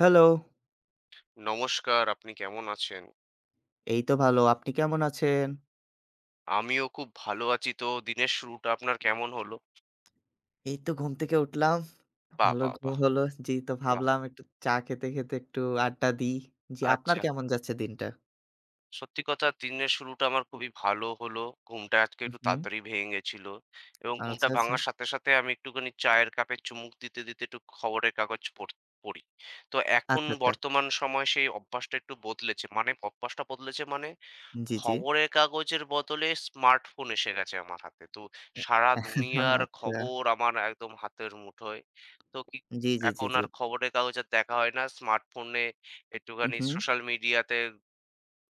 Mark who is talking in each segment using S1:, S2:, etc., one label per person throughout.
S1: Hello,
S2: নমস্কার, আপনি কেমন আছেন?
S1: এই তো ভালো। আপনি কেমন আছেন?
S2: আমিও খুব ভালো আছি। তো দিনের শুরুটা আপনার কেমন হলো?
S1: এই তো ঘুম থেকে উঠলাম।
S2: বাহ!
S1: ভালো
S2: বাহ!
S1: ঘুম
S2: বাহ!
S1: হলো। জি, তো
S2: বাহ!
S1: ভাবলাম একটু চা খেতে, খেতে একটু আড্ডা দিই। জি, আপনার
S2: আচ্ছা।
S1: কেমন যাচ্ছে দিনটা?
S2: সত্যি কথা দিনের শুরুটা আমার খুবই ভালো হলো। ঘুমটা আজকে
S1: হু,
S2: একটু
S1: হু।
S2: তাড়াতাড়ি ভেঙে গেছিল এবং ঘুমটা
S1: আচ্ছা, আচ্ছা।
S2: ভাঙার সাথে, সাথে আমি একটুখানি চায়ের কাপে চুমুক দিতে, দিতে একটু খবরের কাগজ পড়ি। তো এখন
S1: আচ্ছা, আচ্ছা।
S2: বর্তমান সময়ে সেই অভ্যাসটা একটু বদলেছে। মানে অভ্যাসটা বদলেছে মানে
S1: জি, জি।
S2: খবরের কাগজের বদলে স্মার্টফোন এসে গেছে আমার হাতে। তো সারা দুনিয়ার
S1: আচ্ছা।
S2: খবর আমার একদম হাতের মুঠোয়। তো কি
S1: জি, জি, জি,
S2: এখন
S1: জি।
S2: আর খবরের কাগজ আর দেখা হয় না। স্মার্টফোনে
S1: হু,
S2: একটুখানি
S1: হু।
S2: সোশ্যাল মিডিয়াতে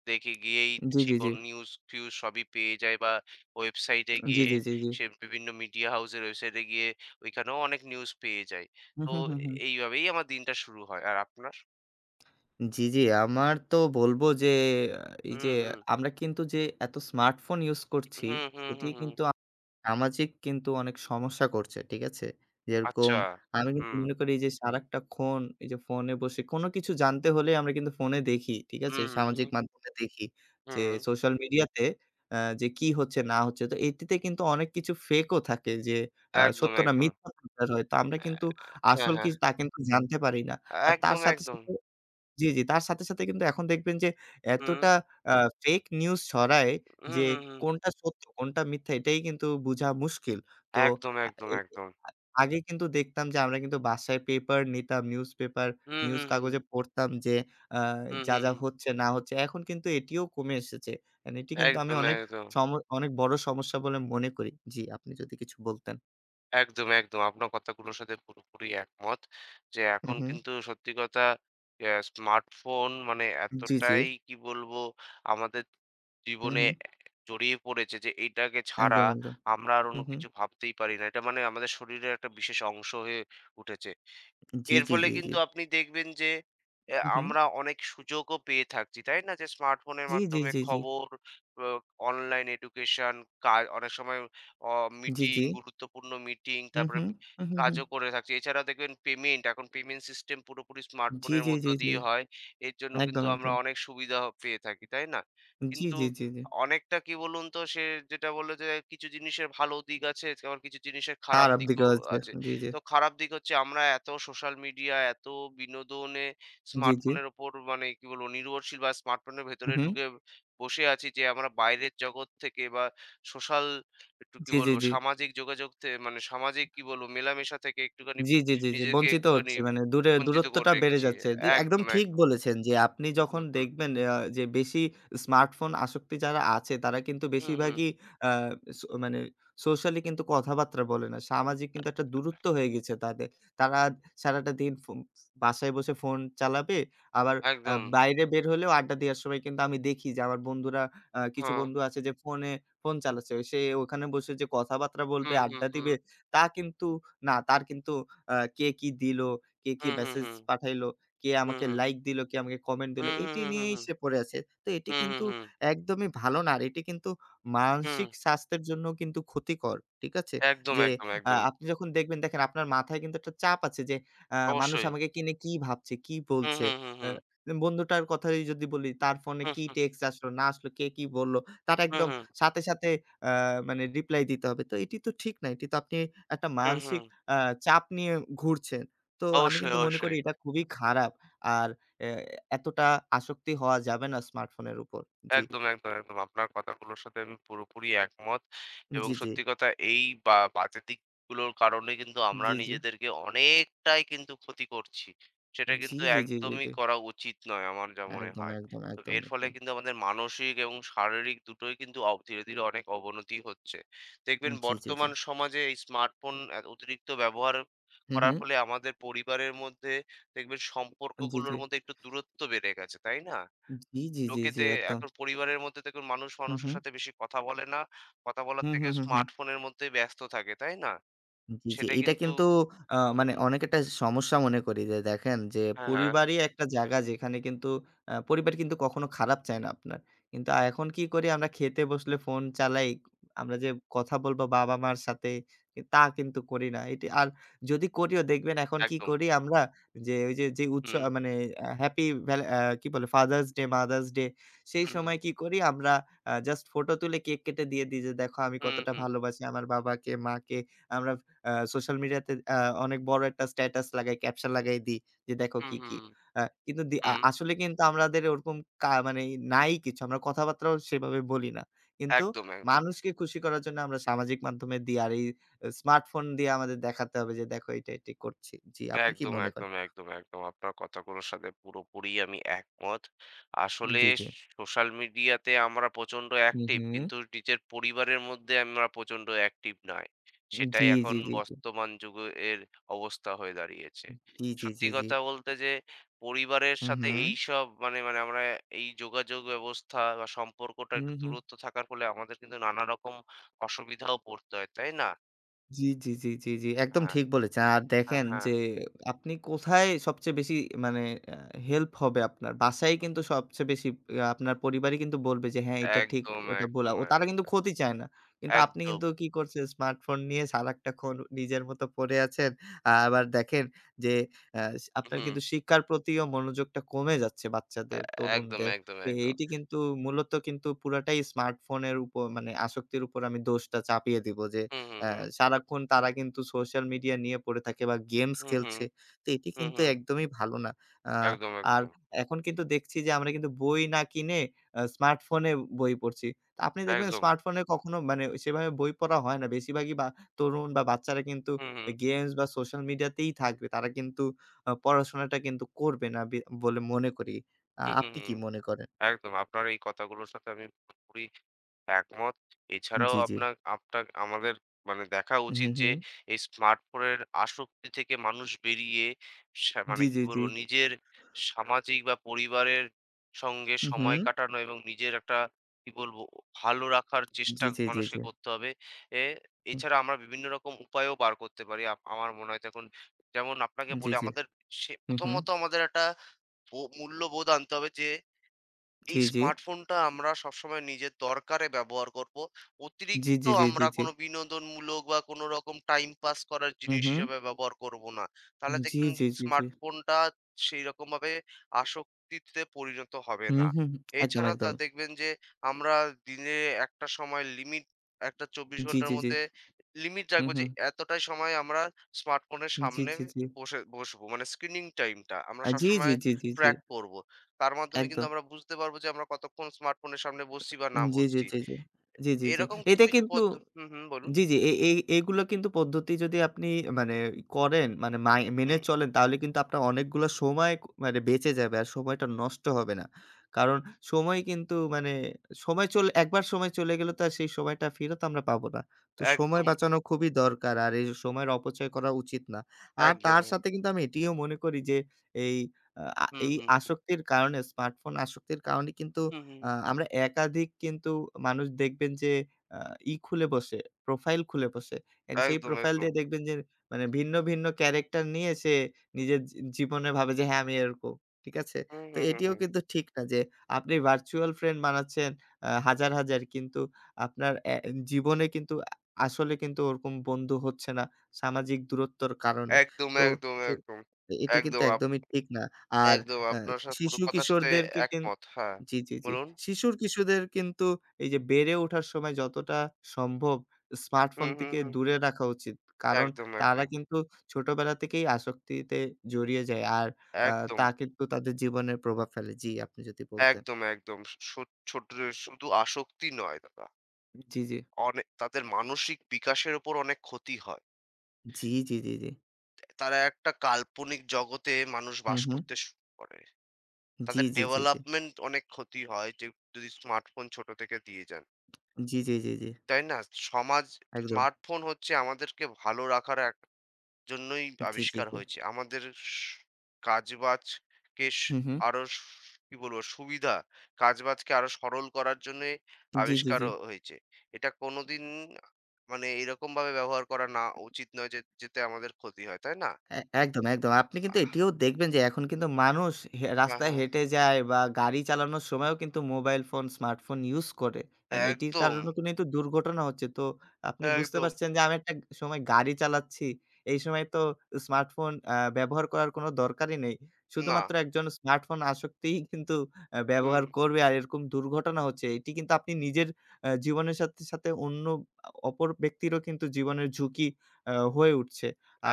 S2: দেখে গিয়েই
S1: জি, জি,
S2: সেকন
S1: জি।
S2: নিউজ-ফিউজ সবই পেয়ে যাই বা ওয়েবসাইটে
S1: জি,
S2: গিয়ে
S1: জি, জি, জি।
S2: বিভিন্ন মিডিয়া হাউসের ওয়েবসাইটে গিয়ে ওইখানেও অনেক নিউজ পেয়ে যাই।
S1: হু,
S2: তো
S1: হু, হু, হু।
S2: এইভাবেই আমার দিনটা শুরু হয়। আর আপনার?
S1: জি, জি। আমার তো বলবো যে, এই যে
S2: হুম, হুম।
S1: আমরা কিন্তু যে এত স্মার্টফোন ইউজ করছি,
S2: হুম, হুম,
S1: এটি
S2: হুম, হুম।
S1: কিন্তু সামাজিক কিন্তু অনেক সমস্যা করছে। ঠিক আছে? যেরকম
S2: আচ্ছা।
S1: আমি কিন্তু
S2: হুম।
S1: মনে করি যে সারাটাক্ষণ এই যে ফোনে বসে কোনো কিছু জানতে হলে আমরা কিন্তু ফোনে দেখি। ঠিক আছে?
S2: হুম, হুম,
S1: সামাজিক
S2: হুম।
S1: মাধ্যমে দেখি যে
S2: হুম,
S1: সোশ্যাল মিডিয়াতে যে কি হচ্ছে না হচ্ছে। তো এটিতে কিন্তু অনেক কিছু ফেক ও থাকে যে
S2: একদম,
S1: সত্য না
S2: একদম।
S1: মিথ্যা প্রচার হয়। তো আমরা কিন্তু
S2: অ্যা হ্যাঁ,
S1: আসল কি
S2: হ্যাঁ।
S1: তা কিন্তু জানতে পারি না। আর তার
S2: একদম,
S1: সাথে,
S2: একদম।
S1: সাথে জি, জি। তার সাথে, সাথে কিন্তু এখন দেখবেন যে
S2: হুম,
S1: এতটা আ ফেক নিউজ ছড়ায়
S2: হুম,
S1: যে
S2: হুম, হুম।
S1: কোনটা সত্য, কোনটা মিথ্যা এটাই কিন্তু বুঝা মুশকিল। তো
S2: একদম,
S1: আ
S2: একদম,
S1: এ
S2: একদম।
S1: আগে কিন্তু দেখতাম যে আমরা কিন্তু বাসায় পেপার নিতাম, নিউজ পেপার,
S2: হুম,
S1: নিউজ
S2: হুম, হুম।
S1: কাগজে পড়তাম যে আ
S2: হুম,
S1: যা,
S2: হুম,
S1: যা
S2: হুম।
S1: হচ্ছে না হচ্ছে। এখন কিন্তু এটিও কমে এসেছে। এন্ড এটি কিন্তু আমি
S2: একদম,
S1: অনেক
S2: একদম।
S1: সম অনেক বড় সমস্যা বলে মনে করি। জি, আপনি যদি কিছু বলতেন।
S2: একদম, একদম। আপনার কথাগুলোর সাথে পুরোপুরি একমত। যে
S1: হু,
S2: এখন
S1: হু।
S2: কিন্তু সত্যি কথা অ্যা স্মার্টফোন মানে
S1: জি, জি।
S2: এতটাই কি বলবো আমাদের
S1: হু,
S2: জীবনে
S1: হু।
S2: জড়িয়ে পড়েছে যে এইটাকে ছাড়া
S1: একদম, একদম।
S2: আমরা আর
S1: হু,
S2: অন্য
S1: হু।
S2: কিছু ভাবতেই পারি না। এটা মানে আমাদের শরীরের একটা বিশেষ অংশ হয়ে উঠেছে।
S1: জি,
S2: এর
S1: জি,
S2: ফলে
S1: জি, জি।
S2: কিন্তু আপনি দেখবেন যে
S1: হু, হু।
S2: আমরা অনেক সুযোগও পেয়ে থাকছি, তাই না? যে স্মার্টফোনের
S1: জি, জি,
S2: মাধ্যমে
S1: জি, জি।
S2: খবর, অ অনলাইন এডুকেশন, অনেক সময় অ
S1: জি,
S2: মিটিং,
S1: জি।
S2: গুরুত্বপূর্ণ মিটিং,
S1: হু,
S2: তারপরে
S1: হু। হু, হু, হু।
S2: কাজও করে থাকছি। এছাড়াও দেখবেন পেমেন্ট, এখন পেমেন্ট সিস্টেম পুরোপুরি
S1: জি,
S2: স্মার্টফোনের
S1: জি,
S2: মধ্য
S1: জি, জি।
S2: দিয়ে হয়। এর জন্য কিন্তু
S1: একদম,
S2: আমরা
S1: একদম।
S2: অনেক সুবিধাও পেয়ে থাকি, তাই না?
S1: জি,
S2: কিন্তু
S1: জি, জি, জি।
S2: অনেকটা কি বলুন তো যেটা বলল যে কিছু জিনিসের ভালো দিক আছে, আবার কিছু জিনিসের খারাপ
S1: খারাপ
S2: দিকও
S1: দিকেও আছে।
S2: আছে।
S1: জি, জি।
S2: তো খারাপ দিক হচ্ছে আমরা এত সোশ্যাল মিডিয়া, এত বিনোদনে
S1: জি, জি।
S2: স্মার্টফোনের ওপর মানে কি বলবো নির্ভরশীল বা স্মার্টফোনের
S1: হু,
S2: ভেতরে
S1: হু।
S2: ঢুকে বসে আছি যে আমরা বাইরের জগৎ থেকে বা সোশ্যাল একটু কি
S1: জি, জি,
S2: বলবো
S1: জি।
S2: সামাজিক যোগাযোগ থে মানে সামাজিক কি বলবো মেলামেশা থেকে একটুখানি
S1: জি, জি, জি, জি।
S2: নিজেকে
S1: বঞ্চিত
S2: একটুখানি
S1: হচ্ছি। মানে দূরে
S2: বঞ্চিত করে
S1: দূরত্বটা বেড়ে
S2: রেখেছি।
S1: যাচ্ছে। জি, একদম
S2: একদম,
S1: ঠিক
S2: একদম।
S1: বলেছেন যে আপনি
S2: হুম,
S1: যখন
S2: হুম, হুম।
S1: দেখবেন যে বেশি স্মার্টফোন আসক্তি যারা আছে তারা কিন্তু
S2: হুম, হুম।
S1: বেশিরভাগই আ সো মানে সোশ্যালি কিন্তু কথাবার্তা বলে না। সামাজিক কিন্তু একটা দূরত্ব হয়ে গেছে তাদের। তারা সারাটা দিন বাসায় বসে ফোন চালাবে। আবার
S2: একদম।
S1: বাইরে বের হলেও আড্ডা দেওয়ার সময় কিন্তু আমি দেখি যে আমার বন্ধুরা কিছু
S2: হ্যাঁ।
S1: বন্ধু আছে যে ফোন চালাচ্ছে। সে ওখানে বসে যে কথাবার্তা বলবে,
S2: হুম, হুম,
S1: আড্ডা
S2: হুম।
S1: দিবে তা কিন্তু না। তার কিন্তু কে কি দিলো, কে কি
S2: হুম, হুম,
S1: মেসেজ
S2: হুম।
S1: পাঠাইলো, কে
S2: হুম,
S1: আমাকে
S2: হুম।
S1: লাইক দিলো, কে আমাকে কমেন্ট দিলো,
S2: হুম, হুম,
S1: এটি
S2: হুম, হুম,
S1: নিয়েই
S2: হুম।
S1: সে পড়ে আছে। তো এটি
S2: হুম, হুম,
S1: কিন্তু
S2: হুম।
S1: একদমই ভালো না। আর এটি কিন্তু
S2: হুম।
S1: মানসিক স্বাস্থ্যের জন্যও কিন্তু ক্ষতিকর। ঠিক আছে?
S2: একদম,
S1: যে
S2: একদম, একদম।
S1: আপনি যখন দেখেন আপনার মাথায় কিন্তু একটা চাপ আছে যে মানুষ
S2: অবশ্যই।
S1: আমাকে কি নিয়ে কি ভাবছে, কি
S2: হুম,
S1: বলছে।
S2: হুম, হুম,
S1: আ
S2: হুম।
S1: বন্ধুটার কথাই যদি বলি তার ফোনে কি
S2: হুম,
S1: টেক্সট আসলো না আসলো, কে কি বলল, তার
S2: হুম, হুম,
S1: একদম
S2: হুম,
S1: সাথে, সাথে আ মানে রিপ্লাই দিতে হবে। তো এটি তো ঠিক না। এটি তো আপনি একটা
S2: হুম, হুম।
S1: মানসিক আ চাপ নিয়ে ঘুরছেন। তো আমি
S2: অবশ্যই,
S1: কিন্তু মনে করি
S2: অবশ্যই।
S1: এটা খুবই খারাপ। আর এ এতটা আসক্তি হওয়া যাবে না স্মার্টফোনের উপর। জি,
S2: একদম, একদম, একদম। আপনার কথাগুলোর সাথে আমি পুরোপুরি একমত। এবং
S1: জি, জি,
S2: সত্যি কথা এই বাজে দিকগুলোর কারণে কিন্তু
S1: জি,
S2: আমরা
S1: জি, জি,
S2: নিজেদেরকে অনেকটাই কিন্তু ক্ষতি করছি। সেটা হুম।
S1: জি,
S2: কিন্তু
S1: জি, জি,
S2: একদমই
S1: জি।
S2: করা উচিত নয় আমার যা মনে
S1: একদম,
S2: হয়।
S1: একদম,
S2: তো
S1: একদম,
S2: এর ফলে
S1: একদম।
S2: কিন্তু আমাদের মানসিক এবং শারীরিক দুটোই কিন্তু ধীরে, ধীরে অনেক অবনতি হচ্ছে। দেখবেন
S1: জি, জি, জি।
S2: বর্তমান সমাজে এই স্মার্টফোন অতিরিক্ত ব্যবহার
S1: হু,
S2: করার
S1: হু।
S2: ফলে আমাদের পরিবারের মধ্যে দেখবেন
S1: জি,
S2: সম্পর্কগুলোর
S1: জি।
S2: মধ্যে একটু দূরত্ব বেড়ে গেছে, তাই না?
S1: জি, জি, জি, জি,
S2: লোকেতে
S1: একদম।
S2: এখন পরিবারের মধ্যে দেখুন মানুষ
S1: হু,
S2: মানুষের
S1: হু।
S2: সাথে বেশি কথা বলে না। কথা বলার
S1: হু,
S2: থেকে
S1: হু, হু, হু।
S2: স্মার্টফোনের মধ্যেই ব্যস্ত থাকে, তাই না?
S1: জি, জি।
S2: সেটা
S1: এইটা
S2: কিন্তু
S1: কিন্তু
S2: হুম,
S1: মানে
S2: হুম।
S1: অনেক একটা সমস্যা মনে করি যে দেখেন যে
S2: হ্যাঁ, হ্যাঁ,
S1: পরিবারই একটা জায়গা যেখানে কিন্তু পরিবার কিন্তু কখনো খারাপ চায় না আপনার। কিন্তু এখন কি করি আমরা খেতে বসলে ফোন চালাই। আমরা যে কথা বলবো বাবা-মার সাথে তা কিন্তু করি না। এটি আর যদি করিও দেখবেন এখন কি
S2: একদম।
S1: করি আমরা যে ওই যে, যে উৎস
S2: হুম,
S1: আ মানে আ হ্যাপি ভ্যালে কি বলে ফাদার্স ডে, মাদার্স ডে সেই
S2: হুম, হুম,
S1: সময় কি করি আমরা জাস্ট ফটো তুলে কেক কেটে দিয়ে দিই যে দেখো আমি
S2: হুম,
S1: কতটা
S2: হুম,
S1: ভালোবাসি আমার বাবাকে, মাকে। আমরা সোশ্যাল মিডিয়াতে অনেক বড় একটা স্ট্যাটাস লাগাই, ক্যাপশন লাগাই দিই যে, "দেখো
S2: হুম,
S1: কি, কি।"
S2: হুম,
S1: আ কিন্তু দি আ
S2: হুম,
S1: আসলে কিন্তু আমাদের ওরকম মানে নাই কিছু। আমরা কথাবার্তাও সেভাবে বলি না। কিন্তু
S2: একদম, একদম।
S1: মানুষকে খুশি করার জন্য আমরা সামাজিক মাধ্যমে দিই। আর এই স্মার্টফোন দিয়ে আমাদের দেখাতে হবে যে, "দেখো এইটা, এটি করছি।" জি, আপনি কি
S2: একদম,
S1: মনে করেন?
S2: একদম, একদম, একদম। আপনার কথাগুলোর সাথে পুরোপুরি আমি একমত। আসলে
S1: জি, জি।
S2: সোশ্যাল মিডিয়াতে আমরা প্রচণ্ড
S1: হু,
S2: অ্যাক্টিভ,
S1: হু।
S2: কিন্তু নিজের পরিবারের মধ্যে আমরা প্রচণ্ড অ্যাক্টিভ নই।
S1: জি,
S2: সেটাই এখন
S1: জি, জি, জি।
S2: বর্তমান যুগে এর অবস্থা হয়ে দাঁড়িয়েছে।
S1: জি, জি,
S2: সত্যি
S1: জি, জি।
S2: কথা বলতে যে পরিবারের
S1: হু,
S2: সাথে
S1: হু।
S2: এইসব মানে মানে আমরা এই যোগাযোগ ব্যবস্থা বা সম্পর্কটা
S1: হু,
S2: একটু
S1: হু।
S2: দূরত্ব থাকার ফলে আমাদের কিন্তু নানা রকম অসুবিধাও পড়তে হয়, তাই না?
S1: জি, জি, জি, জি, জি। একদম
S2: হ্যাঁ,
S1: ঠিক বলেছেন। আর
S2: হ্যাঁ,
S1: দেখেন
S2: হ্যাঁ।
S1: যে আপনি কোথায় সবচেয়ে বেশি মানে আ হেল্প হবে আপনার। বাসায়
S2: হুম,
S1: কিন্তু সবচেয়ে বেশি আপনার পরিবারই কিন্তু বলবে যে হ্যাঁ, এটা ঠিক,
S2: একদম,
S1: ওটা ভুল।
S2: একদম,
S1: ও তারা
S2: এক
S1: কিন্তু ক্ষতি চায় না। কিন্তু আপনি
S2: একদম।
S1: কিন্তু কি করছেন স্মার্টফোন নিয়ে সারাক্ষণ নিজের মতো পড়ে আছেন। আবার দেখেন যে আ আপনার
S2: হুম।
S1: কিন্তু শিক্ষার প্রতিও মনোযোগটা কমে যাচ্ছে
S2: এ
S1: বাচ্চাদের,
S2: একদম,
S1: তরুণদের।
S2: একদম,
S1: তো
S2: একদম।
S1: এইটি কিন্তু মূলত কিন্তু পুরাটাই স্মার্টফোনের উপর মানে আসক্তির উপর আমি দোষটা চাপিয়ে দিব যে
S2: হুম, হুম,
S1: অ্যা
S2: হুম।
S1: সারাক্ষণ তারা কিন্তু সোশ্যাল মিডিয়া নিয়ে পড়ে থাকে বা গেমস
S2: হুম, হুম।
S1: খেলছে। তো এটি
S2: হুম,
S1: কিন্তু
S2: হুম।
S1: একদমই ভালো না। আ
S2: একদম,
S1: আর
S2: একদম।
S1: এখন কিন্তু দেখছি যে আমরা কিন্তু বই না কিনে স্মার্টফোনে বই পড়ছি। তো আপনি দেখবেন
S2: একদম।
S1: স্মার্টফোনে কখনো মানে সেভাবে বই পড়া হয় না। বেশিরভাগই বা তরুণ বা বাচ্চারা কিন্তু
S2: হুম, হুম।
S1: ওই গেমস বা সোশ্যাল মিডিয়াতেই থাকবে। তারা কিন্তু পড়াশোনাটা কিন্তু করবে না বলে মনে করি।
S2: হুম, হুম,
S1: আপনি
S2: হুম।
S1: কি মনে করেন?
S2: একদম। আপনার এই কথাগুলোর সাথে আমি পুরোপুরি একমত। এছাড়াও
S1: জি, জি।
S2: আপনার আপনার আমাদের মানে দেখা
S1: হুম,
S2: উচিত যে
S1: হুম।
S2: এই স্মার্টফোনের আসক্তি থেকে মানুষ বেরিয়ে মানে
S1: জি,
S2: কি
S1: জি, জি।
S2: বলবো নিজের সামাজিক বা পরিবারের সঙ্গে
S1: হুম, হুম।
S2: সময় কাটানো এবং নিজের একটা কি বলবো ভালো রাখার চেষ্টা
S1: জি, জি, জি,
S2: মানুষকে
S1: জি।
S2: করতে হবে। এ
S1: হুম,
S2: এছাড়া আমরা বিভিন্ন রকম উপায়ও বার করতে পারি। আমার মনে হয় দেখুন যেমন আপনাকে
S1: জি,
S2: বলি
S1: জি।
S2: আমাদের
S1: হুম, হুম।
S2: প্রথমত আমাদের একটা মূল্যবোধ আনতে হবে যে এই
S1: জি, জি।
S2: স্মার্টফোনটা আমরা সবসময় নিজের দরকারে ব্যবহার করব।
S1: জি,
S2: অতিরিক্ত
S1: জি, জি, জি,
S2: আমরা
S1: জি।
S2: কোনো বিনোদনমূলক বা কোনো রকম টাইম পাস করার
S1: হুম,
S2: জিনিস
S1: হুম।
S2: হিসেবে ব্যবহার করব না। তাহলে
S1: জি,
S2: দেখবেন
S1: জি, জি, জি।
S2: স্মার্টফোনটা সেইরকমভাবে আসক্তিতে পরিণত হবে
S1: হুম,
S2: না।
S1: হুম। একদম,
S2: এছাড়া তা
S1: একদম।
S2: দেখবেন যে আমরা দিনে একটা সময় লিমিট একটা ২৪
S1: জি,
S2: ঘন্টার
S1: জি, জি।
S2: মধ্যে লিমিট
S1: হুম,
S2: রাখবো যে
S1: হুম।
S2: এতটাই সময় আমরা স্মার্টফোনের
S1: জি,
S2: সামনে
S1: জি, জি।
S2: বসে বসবো। মানে স্ক্রিনিং টাইমটা আমরা
S1: জি, জি,
S2: সবসময়
S1: জি, জি, জি।
S2: ট্র্যাক করব। তার মাধ্যমে কিন্তু
S1: একদম।
S2: আমরা বুঝতে পারবো যে আমরা কতক্ষণ স্মার্টফোনের সামনে বসছি বা না
S1: জি, জি,
S2: বসছি।
S1: জি, জি। জি, জি, জি।
S2: এরকম কিছু,
S1: এটা
S2: কিছু
S1: কিন্তু
S2: হুম, হুম বলুন।
S1: জি, জি। এ এই এইগুলো কিন্তু পদ্ধতি যদি আপনি মানে করেন, মানে মেনে
S2: হুম,
S1: চলেন তাহলে কিন্তু আপনার অনেকগুলো সময় মানে বেঁচে যাবে। আর সময়টা নষ্ট হবে না। কারণ সময় কিন্তু মানে সময় চলে একবার সময় চলে গেলে তো আর সেই সময়টা ফেরত আমরা পাবো না। তো সময়
S2: একদম,
S1: বাঁচানো খুবই দরকার। আর এই সময়ের অপচয় করা উচিত না। আর
S2: একদম।
S1: তার সাথে কিন্তু আমি এটিও মনে করি যে এই আ আ
S2: হুম,
S1: এই
S2: হুম,
S1: আসক্তির কারণে স্মার্টফোন আসক্তির কারণে কিন্তু
S2: হুম, হুম।
S1: আমরা একাধিক কিন্তু মানুষ দেখবেন যে আ ই খুলে বসে প্রোফাইল খুলে বসে। অ্যান্ড সেই
S2: একদম,
S1: প্রোফাইল
S2: একদম।
S1: দিয়ে দেখবেন যে মানে ভিন্ন, ভিন্ন ক্যারেক্টার নিয়ে সে নিজের জীবনে ভাবে যে হ্যাঁ, আমি এরকম। ঠিক আছে?
S2: হুম,
S1: তো
S2: হুম, হুম,
S1: এটিও
S2: হুম।
S1: কিন্তু ঠিক না যে আপনি ভার্চুয়াল ফ্রেন্ড বানাচ্ছেন হাজার, হাজার কিন্তু আপনার জীবনে কিন্তু আসলে কিন্তু ওরকম বন্ধু হচ্ছে না সামাজিক দূরত্বর কারণে।
S2: একদম,
S1: তো
S2: একদম,
S1: এ
S2: একদম।
S1: এটি কিন্তু
S2: একদম আপ
S1: একদমই ঠিক না। আর
S2: একদম
S1: আ
S2: আপনার পুরো
S1: শিশু
S2: কথার সাথে
S1: কিশোরদেরকে কিন
S2: একমত। হ্যাঁ,
S1: জি, জি, জি।
S2: বলুন।
S1: শিশুর কিশোরদের কিন্তু এই যে বেড়ে ওঠার সময় যতটা সম্ভব স্মার্টফোন
S2: হুম, হুম,
S1: থেকে
S2: হুম।
S1: দূরে রাখা উচিত। কারণ
S2: একদম,
S1: তারা
S2: একদম,
S1: কিন্তু ছোটবেলা থেকেই আসক্তিতে জড়িয়ে যায়। আর আ
S2: একদম,
S1: তা কিন্তু তাদের জীবনের প্রভাব ফেলে। জি, আপনি যদি বলতেন।
S2: একদম, একদম। সো ছোট শুধু আসক্তি নয় দাদা।
S1: জি, জি।
S2: অনেক তাদের মানসিক বিকাশের উপর অনেক ক্ষতি হয়।
S1: জি, জি, জি, জি।
S2: তারা একটা কাল্পনিক জগতে মানুষ
S1: হুম,
S2: বাস
S1: হুম।
S2: করতে শুরু করে।
S1: জি,
S2: তাদের
S1: জি, জি, জি।
S2: ডেভেলপমেন্ট অনেক ক্ষতি হয় যে যদি স্মার্টফোন ছোট থেকে দিয়ে যান।
S1: জি, জি, জি, জি।
S2: তাই না? সমাজ
S1: একদম।
S2: স্মার্টফোন হচ্ছে আমাদেরকে ভালো রাখার এক জন্যই
S1: জি, জি,
S2: আবিষ্কার
S1: জি।
S2: হয়েছে। আমাদের স কাজবাজকে
S1: হুম, হুম।
S2: আরো কি বলবো? সুবিধা, কাজবাজকে আরো সরল করার জন্যে
S1: জি, জি,
S2: আবিষ্কার
S1: জি।
S2: হয়েছে। এটা কোনোদিন মানে এরকমভাবে ব্যবহার করা না উচিত নয় যে যেতে আমাদের ক্ষতি হয়। তাই না?
S1: একদম, একদম। আপনি কিন্তু
S2: আ
S1: এটিও দেখবেন যে এখন কিন্তু মানুষ
S2: হ্যাঁ,
S1: রাস্তায়
S2: হ্যাঁ।
S1: হেঁটে যায় বা গাড়ি চালানোর সময়ও কিন্তু মোবাইল ফোন, স্মার্টফোন ইউজ করে। অ্যান্ড এটির
S2: একদম,
S1: কারণেও কিন্তু দুর্ঘটনা হচ্ছে। তো আপনি বুঝতে
S2: একদম।
S1: পারছেন যে আমি একটা সময় গাড়ি চালাচ্ছি। এই সময় তো স্মার্টফোন ব্যবহার করার কোনো দরকারই নেই।
S2: না।
S1: শুধুমাত্র একজন স্মার্টফোন আসক্তিই কিন্তু
S2: হুম।
S1: ব্যবহার করবে আর এরকম দুর্ঘটনা হচ্ছে। এটি কিন্তু আপনি নিজের জীবনের সাথে, সাথে অন্য অপর ব্যক্তিরও কিন্তু জীবনের ঝুঁকি হয়ে উঠছে।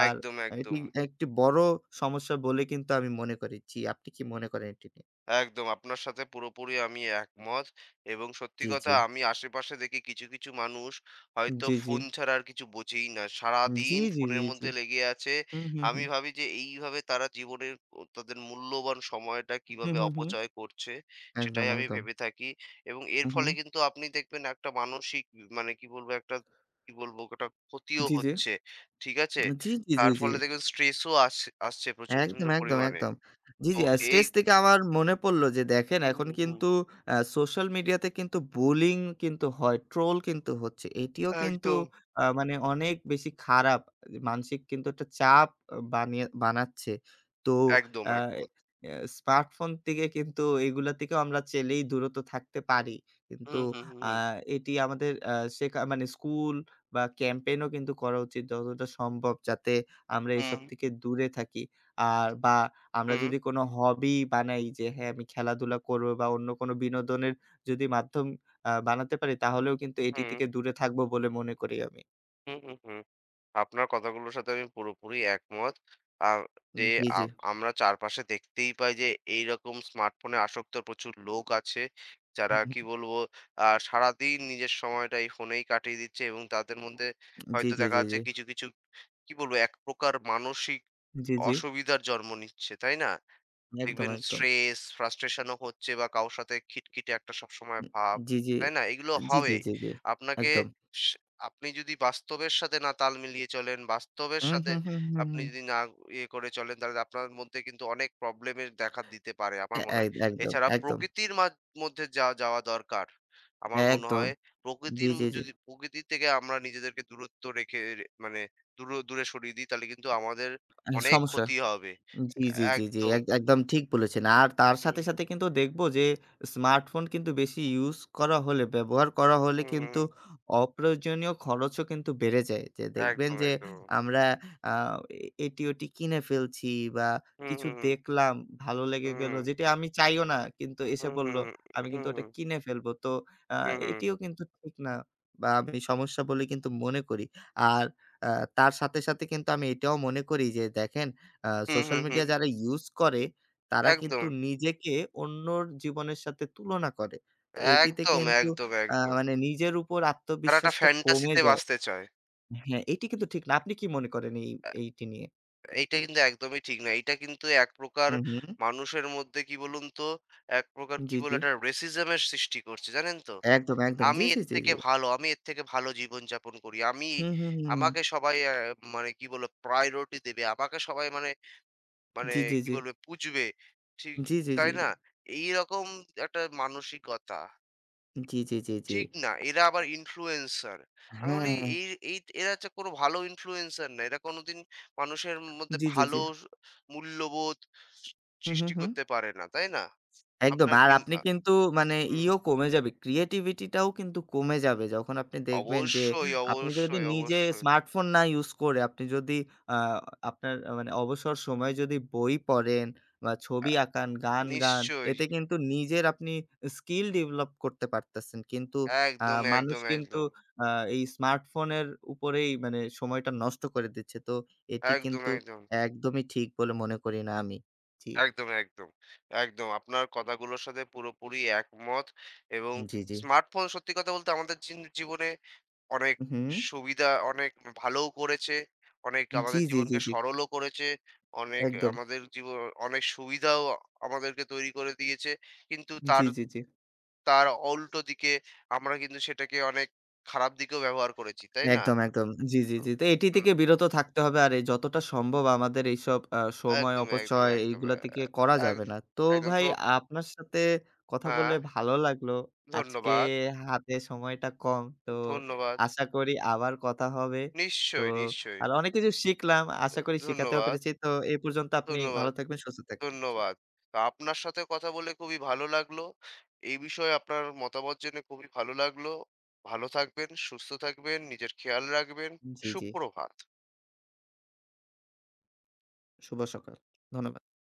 S1: আর
S2: একদম,
S1: এটি
S2: একদম।
S1: একটি বড় সমস্যা বলে কিন্তু আমি মনে করি। জি, আপনি কি মনে করেন এটি নিয়ে?
S2: একদম আপনার সাথে পুরোপুরি আমি একমত এবং সত্যি
S1: জি,
S2: কথা
S1: জি।
S2: আমি আশেপাশে দেখি কিছু, কিছু মানুষ হয়তো
S1: জি, জি।
S2: ফোন ছাড়া আর কিছু বোঝেই না।
S1: জি,
S2: সারাদিন
S1: জি,
S2: ফোনের
S1: জি, জি।
S2: মধ্যে লেগে আছে।
S1: হুম, হুম,
S2: আমি
S1: হুম।
S2: ভাবি যে এইভাবে তারা জীবনের ও তাদের মূল্যবান সময়টা
S1: হুম,
S2: কিভাবে
S1: হুম, হুম।
S2: অপচয় করছে
S1: একদম,
S2: সেটাই আমি
S1: একদম।
S2: ভেবে থাকি এবং এর
S1: হু, হু।
S2: ফলে কিন্তু আপনি দেখবেন একটা মানসিক মানে কি বলবো একটা কি বলবো ওটা ক্ষতিও
S1: জি, জি।
S2: হচ্ছে। ঠিক আছে?
S1: জি, জি, জি,
S2: তার
S1: জি।
S2: ফলে দেখবেন স্ট্রেসও আস আসছে প্রচুর প্রচন্ড
S1: একদম, একদম,
S2: পরিমাণে।
S1: একদম। জি,
S2: তো
S1: জি,
S2: এই
S1: স্ট্রেস থেকে আমার মনে পড়ল যে দেখেন
S2: হুম,
S1: এখন
S2: হুম।
S1: কিন্তু সোশ্যাল মিডিয়াতে কিন্তু বুলিং কিন্তু হয়, ট্রোল কিন্তু হচ্ছে। এটিও কিন্তু
S2: একদম।
S1: মানে অনেক বেশি খারাপ। মানসিক কিন্তু একটা চাপ আ বানিয়ে বানাচ্ছে। তো
S2: একদম,
S1: আ
S2: একদম।
S1: এ স্মার্টফোন থেকে কিন্তু এগুলা থেকেও আমরা চাইলেই দূরত থাকতে পারি।
S2: হুম,
S1: কিন্তু
S2: হুম, হুম,
S1: আ
S2: হুম।
S1: এটি আমাদের শেখা মানে স্কুল বা ক্যাম্পেইন ও কিন্তু করা উচিত যতটা সম্ভব যাতে আমরা
S2: হুম,
S1: এসব থেকে দূরে থাকি। আর বা আমরা যদি কোনো হবি বানাই যে হ্যাঁ, আমি খেলাধুলা করব বা অন্য কোনো বিনোদনের যদি মাধ্যম বানাতে পারি তাহলেও কিন্তু এটি
S2: হুম,
S1: থেকে দূরে থাকবো বলে মনে করি আমি।
S2: হুম, হুম, হুম। আপনার কথাগুলোর সাথে আমি পুরোপুরি একমত। আ যে
S1: জি,
S2: আ
S1: জি।
S2: আমরা চারপাশে দেখতেই পাই যে এইরকম স্মার্টফোনে আসক্ত প্রচুর লোক আছে। যারা
S1: হুম, হুম।
S2: কি বলবো সারাদিন নিজের সময়টা এই ফোনেই কাটিয়ে দিচ্ছে এবং তাদের মধ্যে
S1: জি,
S2: হয়তো
S1: জি,
S2: দেখা
S1: জি, জি।
S2: যাচ্ছে কিছু, কিছু কি বলবো এক প্রকার মানসিক
S1: জি, জি।
S2: অসুবিধার জন্ম নিচ্ছে। তাই না?
S1: একদম,
S2: দেখবেন
S1: একদম।
S2: স্ট্রেস, ফ্রাস্ট্রেশন ও হচ্ছে বা কারো সাথে খিটখিটে একটা সবসময় ভাব,
S1: জি, জি।
S2: তাই না? এগুলো
S1: জি, জি,
S2: হবেই।
S1: জি, জি।
S2: আপনাকে
S1: একদম।
S2: স আপনি যদি বাস্তবের সাথে না তাল মিলিয়ে চলেন, বাস্তবের
S1: হুম,
S2: সাথে
S1: হুম, হুম, হুম,
S2: আপনি
S1: হুম।
S2: যদি না ইয়ে করে চলেন, তাহলে আপনার মধ্যে কিন্তু অনেক প্রবলেমের দেখা দিতে পারে আমার
S1: এ
S2: মনে
S1: এক
S2: হয়।
S1: একদম,
S2: এছাড়া
S1: একদম।
S2: প্রকৃতির মধ্যে যা যাওয়া দরকার। আমার মনে
S1: একদম।
S2: হয়
S1: জি,
S2: প্রকৃতির ম
S1: জি, জি।
S2: যদি প্রকৃতি থেকে আমরা নিজেদেরকে দূরত্ব রেখে রে মানে দূরে সরিয়ে দিই, তাহলে কিন্তু আমাদের
S1: আ
S2: অনেক
S1: সমস্যা
S2: ক্ষতি হবে।
S1: জি, জি, জি, জি।
S2: একদম।
S1: একদম ঠিক বলেছেন। আর তার
S2: হুম।
S1: সাথে, সাথে কিন্তু দেখব যে স্মার্টফোন কিন্তু বেশি ইউজ করা হলে, ব্যবহার করা হলে
S2: হুম, হুম,
S1: কিন্তু অপ্রয়োজনীয় খরচও কিন্তু বেড়ে যায়। যে দেখবেন
S2: একদম,
S1: যে
S2: একদম।
S1: আমরা আ এ এটি ওটি কিনে ফেলছি বা
S2: হুম,
S1: কিছু
S2: হুম,
S1: দেখলাম, ভালো লেগে গেল
S2: হুম,
S1: যেটা আমি চাইও না কিন্তু এসে
S2: হুম,
S1: পড়ল।
S2: হুম,
S1: আমি
S2: হুম,
S1: কিন্তু ওটা
S2: হুম,
S1: কিনে ফেলবো। তো আ
S2: হুম,
S1: এটিও কিন্তু ঠিক না বা আমি সমস্যা বলে কিন্তু মনে করি। আর আ তার সাথে, সাথে কিন্তু আমি এটাও মনে করি যে দেখেন
S2: হুম,
S1: সোশ্যাল
S2: হুম, হুম,
S1: মিডিয়া যারা ইউজ করে তারা
S2: একদম,
S1: কিন্তু নিজেকে অন্যর জীবনের সাথে তুলনা করে। তো এটিতে
S2: একদম,
S1: কিন্তু
S2: একদম, একদম।
S1: মানে নিজের উপর
S2: তারা একটা
S1: আত্মবিশ্বাসটা কমে
S2: ফ্যান্টাসিতে
S1: যায়।
S2: বাঁচতে চায়।
S1: হ্যাঁ, এটি কিন্তু ঠিক না। আপনি কি মনে করেন এইটি নিয়ে?
S2: এইটা কিন্তু একদমই ঠিক না। এইটা কিন্তু এক প্রকার
S1: হুম, হুম।
S2: মানুষের মধ্যে কি বলুন তো, এক প্রকার কি
S1: জি,
S2: বলে
S1: জি।
S2: একটা রেসিজম এর সৃষ্টি করছে, জানেন তো?
S1: একদম, একদম।
S2: আমি
S1: জি, জি,
S2: এর
S1: জি,
S2: থেকে
S1: জি।
S2: ভালো, আমি এর থেকে ভালো জীবনযাপন করি। আমি
S1: হুম, হুম, হুম। হুম।
S2: আমাকে সবাই মানে কি বলে প্রায়োরিটি দেবে। আমাকে সবাই মানে মানে
S1: জি, জি,
S2: কি
S1: জি।
S2: বলবে পুচবে। ঠিক
S1: জি, জি, জি,
S2: তাই
S1: জি।
S2: না? এইরকম একটা মানসিকতা।
S1: জি, জি, জি, জি।
S2: ঠিক না? এরা আবার ইনফ্লুয়েন্সার। আমি বলি
S1: হ্যাঁ।
S2: এই এই এরা হচ্ছে কোনো ভালো ইনফ্লুয়েন্সার না। এরা কোনোদিন মানুষের মধ্যে
S1: জি, জি,
S2: ভালো
S1: জি।
S2: মূল্যবোধ
S1: হুম, হুম,
S2: সৃষ্টি
S1: হুম।
S2: করতে পারে না। তাই না?
S1: একদম।
S2: আপনার
S1: আর
S2: কি
S1: আপনি
S2: আ
S1: কিন্তু মানে
S2: হুম।
S1: ক্রিয়েটিভিটিটাও কিন্তু কমে যাবে। যখন আপনি দেখবেন যে
S2: অবশ্যই,
S1: আপনি যদি
S2: অবশ্যই,
S1: নিজে
S2: অবশ্যই।
S1: স্মার্টফোন না ইউজ করে আপনি যদি আ আপনার মানে অবসর সময়ে যদি বই পড়েন বা
S2: আ
S1: ছবি আঁকান, গান গান
S2: নিশ্চয়ই।
S1: এতে কিন্তু নিজের আপনি স্কিল ডেভেলপ করতে পারতেছেন। কিন্তু আ
S2: একদম,
S1: মানুষ
S2: একদম,
S1: কিন্তু
S2: একদম।
S1: আ এই স্মার্টফোনের উপরেই মানে সময়টা নষ্ট করে দিচ্ছে। তো এটি
S2: একদম,
S1: কিন্তু
S2: একদম।
S1: একদমই ঠিক বলে মনে করি না আমি। জি,
S2: একদম, একদম, একদম। আপনার কথাগুলোর সাথে পুরোপুরি একমত এবং
S1: জি, জি।
S2: স্মার্টফোন সত্যি কথা বলতে আমাদের জীবনে অনেক
S1: হু, হু।
S2: সুবিধা, অনেক ভালোও করেছে, অনেক
S1: জি,
S2: আমাদের
S1: জি, জি,
S2: জীবনকে
S1: জি।
S2: সরলও করেছে, অনেক
S1: একদম।
S2: আমাদের জীব অনেক সুবিধাও আমাদেরকে তৈরি করে দিয়েছে। কিন্তু
S1: জি,
S2: তার
S1: জি, জি।
S2: তার উল্টো দিকে আমরা কিন্তু সেটাকে অনেক খারাপ দিকেও ব্যবহার করেছি, তাই না?
S1: একদম, একদম। জি, জি,
S2: তো
S1: জি। তো এটি
S2: হুম,
S1: থেকে বিরত থাকতে হবে। আর এই যতটা সম্ভব আমাদের এইসব সময়
S2: একদম, একদম,
S1: অপচয়
S2: একদম,
S1: এইগুলা থেকে করা যাবে
S2: একদ
S1: না। তো
S2: একদম
S1: ভাই
S2: তো
S1: আপনার সাথে কথা
S2: হ্যাঁ,
S1: বলে ভালো লাগলো। আজকে
S2: ধন্যবাদ,
S1: হাতে সময়টা কম। তো
S2: ধন্যবাদ।
S1: আশা করি আবার কথা হবে। তো
S2: নিশ্চয়ই, নিশ্চয়ই।
S1: আর অনেক কিছু শিখলাম। আশা করি শিখাতেও
S2: ধন্যবাদ,
S1: পেরেছি। তো এই পর্যন্ত আপনি ভালো
S2: ধন্যবাদ,
S1: থাকবেন, সুস্থ থাকবেন। জি,
S2: ধন্যবাদ। তো আপনার সাথে কথা বলে খুবই ভালো লাগলো। এই বিষয়ে আপনার মতামত জেনে খুবই ভালো লাগলো। ভালো থাকবেন, সুস্থ থাকবেন, নিজের খেয়াল রাখবেন।
S1: জি, জি।
S2: সুপ্রভাত।
S1: শুভ সকাল। ধন্যবাদ।